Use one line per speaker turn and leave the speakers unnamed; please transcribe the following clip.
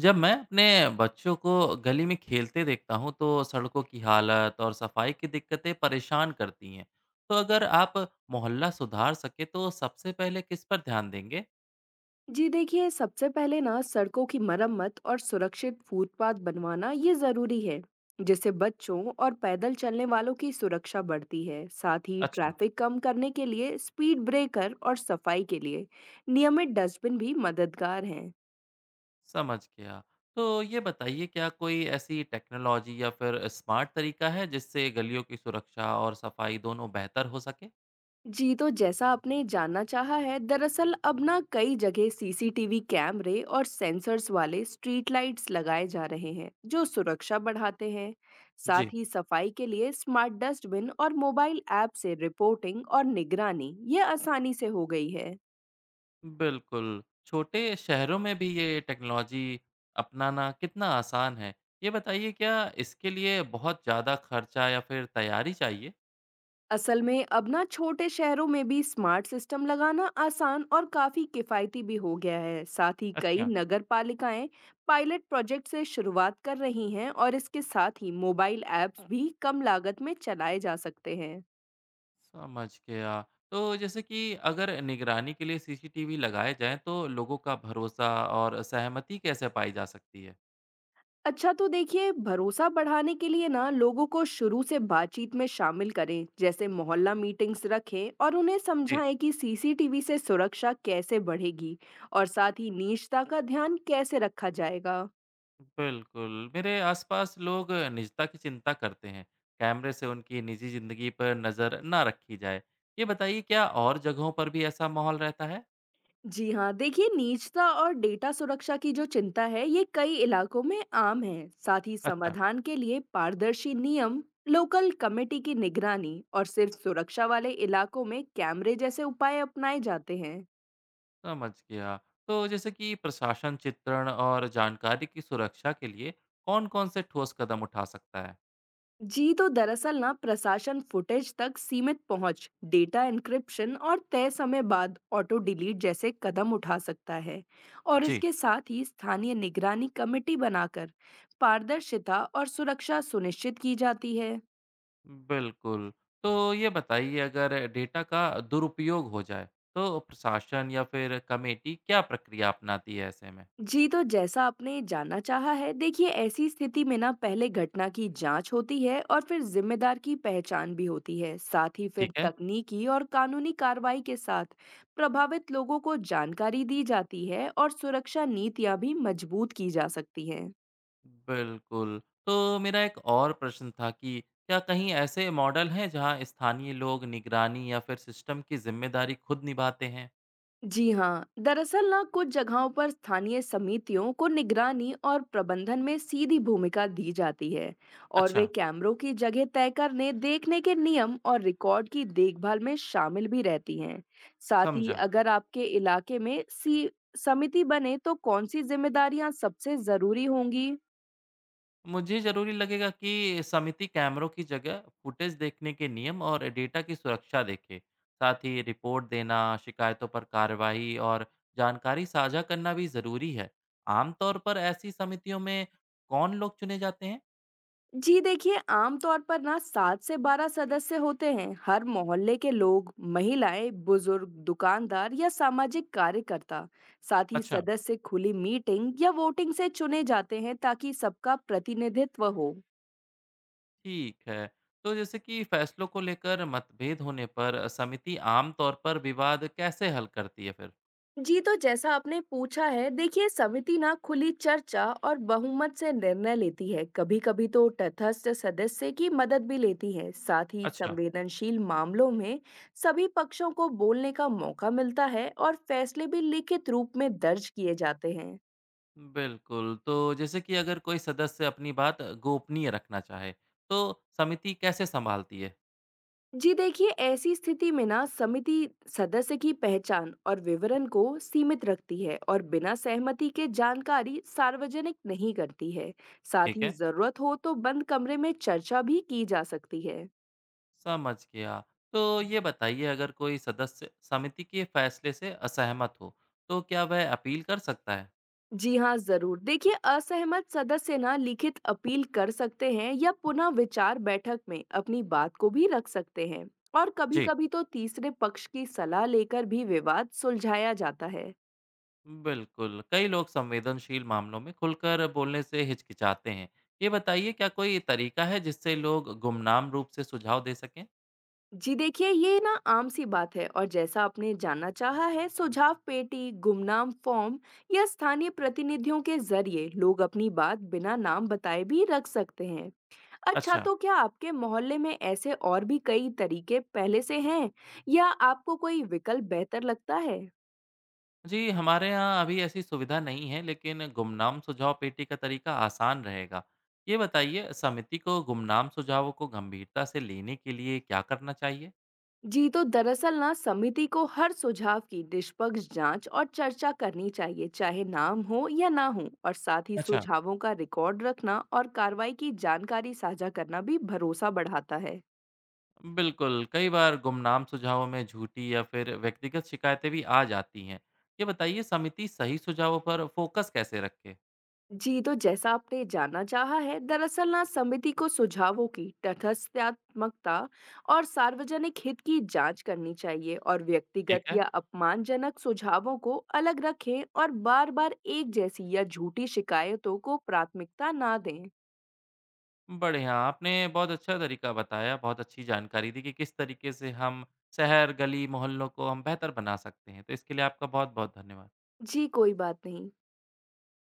जब मैं अपने बच्चों को गली में खेलते देखता हूँ तो सड़कों की हालत और सफाई की दिक्कतें परेशान करती हैं। तो अगर आप मोहल्ला सुधार सके तो सबसे पहले किस पर ध्यान देंगे?
जी देखिए सबसे पहले ना सड़कों की मरम्मत और सुरक्षित फुटपाथ बनवाना ये जरूरी है। जिससे बच्चों और पैदल चलने वालों की सुरक्षा बढ़ती है। साथ ही
अच्छा,
ट्रैफिक कम करने के लिए स्पीड ब्रेकर और सफाई के लिए नियमित डस्टबिन भी मददगार हैं।
समझ गया। तो ये बताइए, क्या कोई ऐसी टेक्नोलॉजी या फिर स्मार्ट तरीका है जिससे गलियों की सुरक्षा और सफाई दोनों बेहतर हो सके?
जी, तो जैसा आपने जानना चाहा है, दरअसल अब ना कई जगह सीसीटीवी कैमरे और सेंसर्स वाले स्ट्रीट लाइट्स लगाए जा रहे हैं, जो सुरक्षा बढ़ाते हैं।
जी।
साथ ही सफाई के लिए स्मार्ट डस्टबिन और मोबाइल ऐप से रिपोर्टिंग और निगरानी ये आसानी से हो गई है।
बिल्कुल। छोटे शहरों में भी ये टेक्नोलॉजी अपनाना कितना आसान है? ये बताइए, क्या इसके लिए बहुत ज़्यादा खर्चा या फिर तैयारी चाहिए?
असल में अब ना छोटे शहरों में भी स्मार्ट सिस्टम लगाना आसान और काफी किफायती भी हो गया है। साथ ही कई
अच्छा।
नगर पालिकाएं पायलट प्रोजेक्ट से शुरुआत कर रही हैं और इसके साथ ही मोबाइल ऐप्स भी कम लागत में चलाए जा सकते हैं।
समझ गया। तो जैसे कि अगर निगरानी के लिए सीसीटीवी लगाए जाएँ तो लोगों का भरोसा और सहमति कैसे पाई जा सकती है?
अच्छा, तो देखिए भरोसा बढ़ाने के लिए ना लोगों को शुरू से बातचीत में शामिल करें। जैसे मोहल्ला मीटिंग्स रखें और उन्हें
जी।
समझाएं कि सीसीटीवी से सुरक्षा कैसे बढ़ेगी और साथ ही निजता का ध्यान कैसे रखा जाएगा।
बिल्कुल। मेरे आसपास लोग निजता की चिंता करते हैं। कैमरे से उनकी निजी ज़िंदगी पर नज़र ना रखी जाए। ये बताइए, क्या और जगहों पर भी ऐसा माहौल रहता है?
जी हाँ, देखिए निजता और डेटा सुरक्षा की जो चिंता है ये कई इलाकों में आम है। साथ ही
अच्छा,
समाधान के लिए पारदर्शी नियम, लोकल कमेटी की निगरानी और सिर्फ सुरक्षा वाले इलाकों में कैमरे जैसे उपाय अपनाए जाते हैं।
समझ गया। तो जैसे कि प्रशासन चित्रण और जानकारी की सुरक्षा के लिए कौन-कौन से ठोस कदम उठा सकता है?
जी, तो दरअसल ना प्रशासन फुटेज तक सीमित पहुंच, डेटा एन्क्रिप्शन और तय समय बाद ऑटो डिलीट जैसे कदम उठा सकता है। और
जी,
इसके साथ ही स्थानीय निगरानी कमेटी बनाकर पारदर्शिता और सुरक्षा सुनिश्चित की जाती है।
बिल्कुल। तो ये बताइए, अगर डेटा का दुरुपयोग हो जाए, तो प्रशासन या फिर कमेटी क्या प्रक्रिया अपनाती है ऐसे में?
जी, तो जैसा आपने जानना चाहा है, देखिए ऐसी स्थिति में ना पहले घटना की जांच होती है और फिर जिम्मेदार की पहचान भी होती है। साथ ही
ठीक
फिर
है,
तकनीकी और कानूनी कार्रवाई के साथ प्रभावित लोगों को जानकारी दी जाती है और सुरक्षा नीतियां भी मजबूत की जा सकती हैं।
बिल्कुल। तो मेरा एक और प्रश्न था कि क्या कहीं ऐसे मॉडल हैं जहाँ स्थानीय लोग निगरानी या फिर सिस्टम की ज़िम्मेदारी खुद निभाते हैं?
जी हाँ, दरअसल ना कुछ जगहों पर स्थानीय समितियों को निगरानी और प्रबंधन में सीधी भूमिका दी जाती है। और वे
अच्छा,
कैमरों की जगह तय करने, देखने के नियम और रिकॉर्ड की देखभाल में शामिल भी रहती हैं। साथ ही
समझा।
अगर आपके इलाके में सी समिति बने तो कौन सी जिम्मेदारियां सबसे जरूरी होंगी?
मुझे ज़रूरी लगेगा कि समिति कैमरों की जगह फुटेज देखने के नियम और डेटा की सुरक्षा देखे। साथ ही रिपोर्ट देना, शिकायतों पर कार्रवाई और जानकारी साझा करना भी ज़रूरी है। आमतौर पर ऐसी समितियों में कौन लोग चुने जाते हैं?
जी देखिए, आमतौर पर ना 7 से 12 सदस्य होते हैं। हर मोहल्ले के लोग, महिलाएं, बुजुर्ग, दुकानदार या सामाजिक कार्यकर्ता। साथ ही
अच्छा,
सदस्य खुली मीटिंग या वोटिंग से चुने जाते हैं ताकि सबका प्रतिनिधित्व हो।
ठीक है। तो जैसे कि फैसलों को लेकर मतभेद होने पर समिति आमतौर पर विवाद कैसे हल करती है फिर?
जी, तो जैसा आपने पूछा है, देखिए समिति ना खुली चर्चा और बहुमत से निर्णय लेती है। कभी कभी तो तटस्थ सदस्य की मदद भी लेती है। साथ ही
अच्छा।
संवेदनशील मामलों में सभी पक्षों को बोलने का मौका मिलता है और फैसले भी लिखित रूप में दर्ज किए जाते हैं।
बिल्कुल, तो जैसे कि अगर कोई सदस्य अपनी बात गोपनीय रखना चाहे, तो समिति कैसे सँभालती है?
जी देखिए, ऐसी स्थिति में ना समिति सदस्य की पहचान और विवरण को सीमित रखती है और बिना सहमति के जानकारी सार्वजनिक नहीं करती है। साथ
ठीक
ही
है,
जरूरत हो तो बंद कमरे में चर्चा भी की जा सकती है।
समझ गया। तो ये बताइए, अगर कोई सदस्य समिति के फैसले से असहमत हो, तो क्या वह अपील कर सकता है?
जी हाँ जरूर, देखिए असहमत सदस्य ना लिखित अपील कर सकते हैं या पुनः विचार बैठक में अपनी बात को भी रख सकते हैं। और
जी,
कभी-कभी तो तीसरे पक्ष की सलाह लेकर भी विवाद सुलझाया जाता है।
बिल्कुल, कई लोग संवेदनशील मामलों में खुलकर बोलने से हिचकिचाते हैं। ये बताइए, क्या कोई तरीका है जिससे लोग गुमनाम रूप से सुझाव दे सकें?
जी देखिए, ये ना आम सी बात है। और जैसा आपने जानना चाहा है, सुझाव पेटी, गुमनाम फॉर्म या स्थानीय प्रतिनिधियों के जरिए लोग अपनी बात बिना नाम बताए भी रख सकते हैं। अच्छा,
अच्छा।
तो क्या आपके मोहल्ले में ऐसे और भी कई तरीके पहले से हैं या आपको कोई विकल्प बेहतर लगता है?
जी, हमारे यहाँ अभी ऐसी सुविधा नहीं है, लेकिन गुमनाम सुझाव पेटी का तरीका आसान रहेगा। ये बताइए, समिति को गुमनाम सुझावों को गंभीरता से लेने के लिए क्या करना चाहिए?
जी, तो दरअसल ना समिति को हर सुझाव की निष्पक्ष जांच और चर्चा करनी चाहिए चाहे नाम हो या ना हो। और साथ ही
अच्छा।
सुझावों का रिकॉर्ड रखना और कार्रवाई की जानकारी साझा करना भी भरोसा बढ़ाता है।
बिल्कुल, कई बार गुमनाम सुझावों में झूठी या फिर व्यक्तिगत शिकायतें भी आ जाती हैं। ये बताइए, समिति सही सुझावों पर फोकस कैसे रखे?
जी, तो जैसा आपने जानना चाहा है, दरअसल ना समिति को सुझावों की तथ्यात्मकता और सार्वजनिक हित की जांच करनी चाहिए। और
ठीक
व्यक्तिगत
है।
या अपमानजनक सुझावों को अलग रखें और बार बार एक जैसी या झूठी शिकायतों को प्राथमिकता ना दें।
बढ़िया, आपने बहुत अच्छा तरीका बताया, बहुत अच्छी जानकारी दी कि किस तरीके से हम शहर, गली, मोहल्लों को हम बेहतर बना सकते हैं। तो इसके लिए आपका बहुत-बहुत धन्यवाद।
जी, कोई बात नहीं।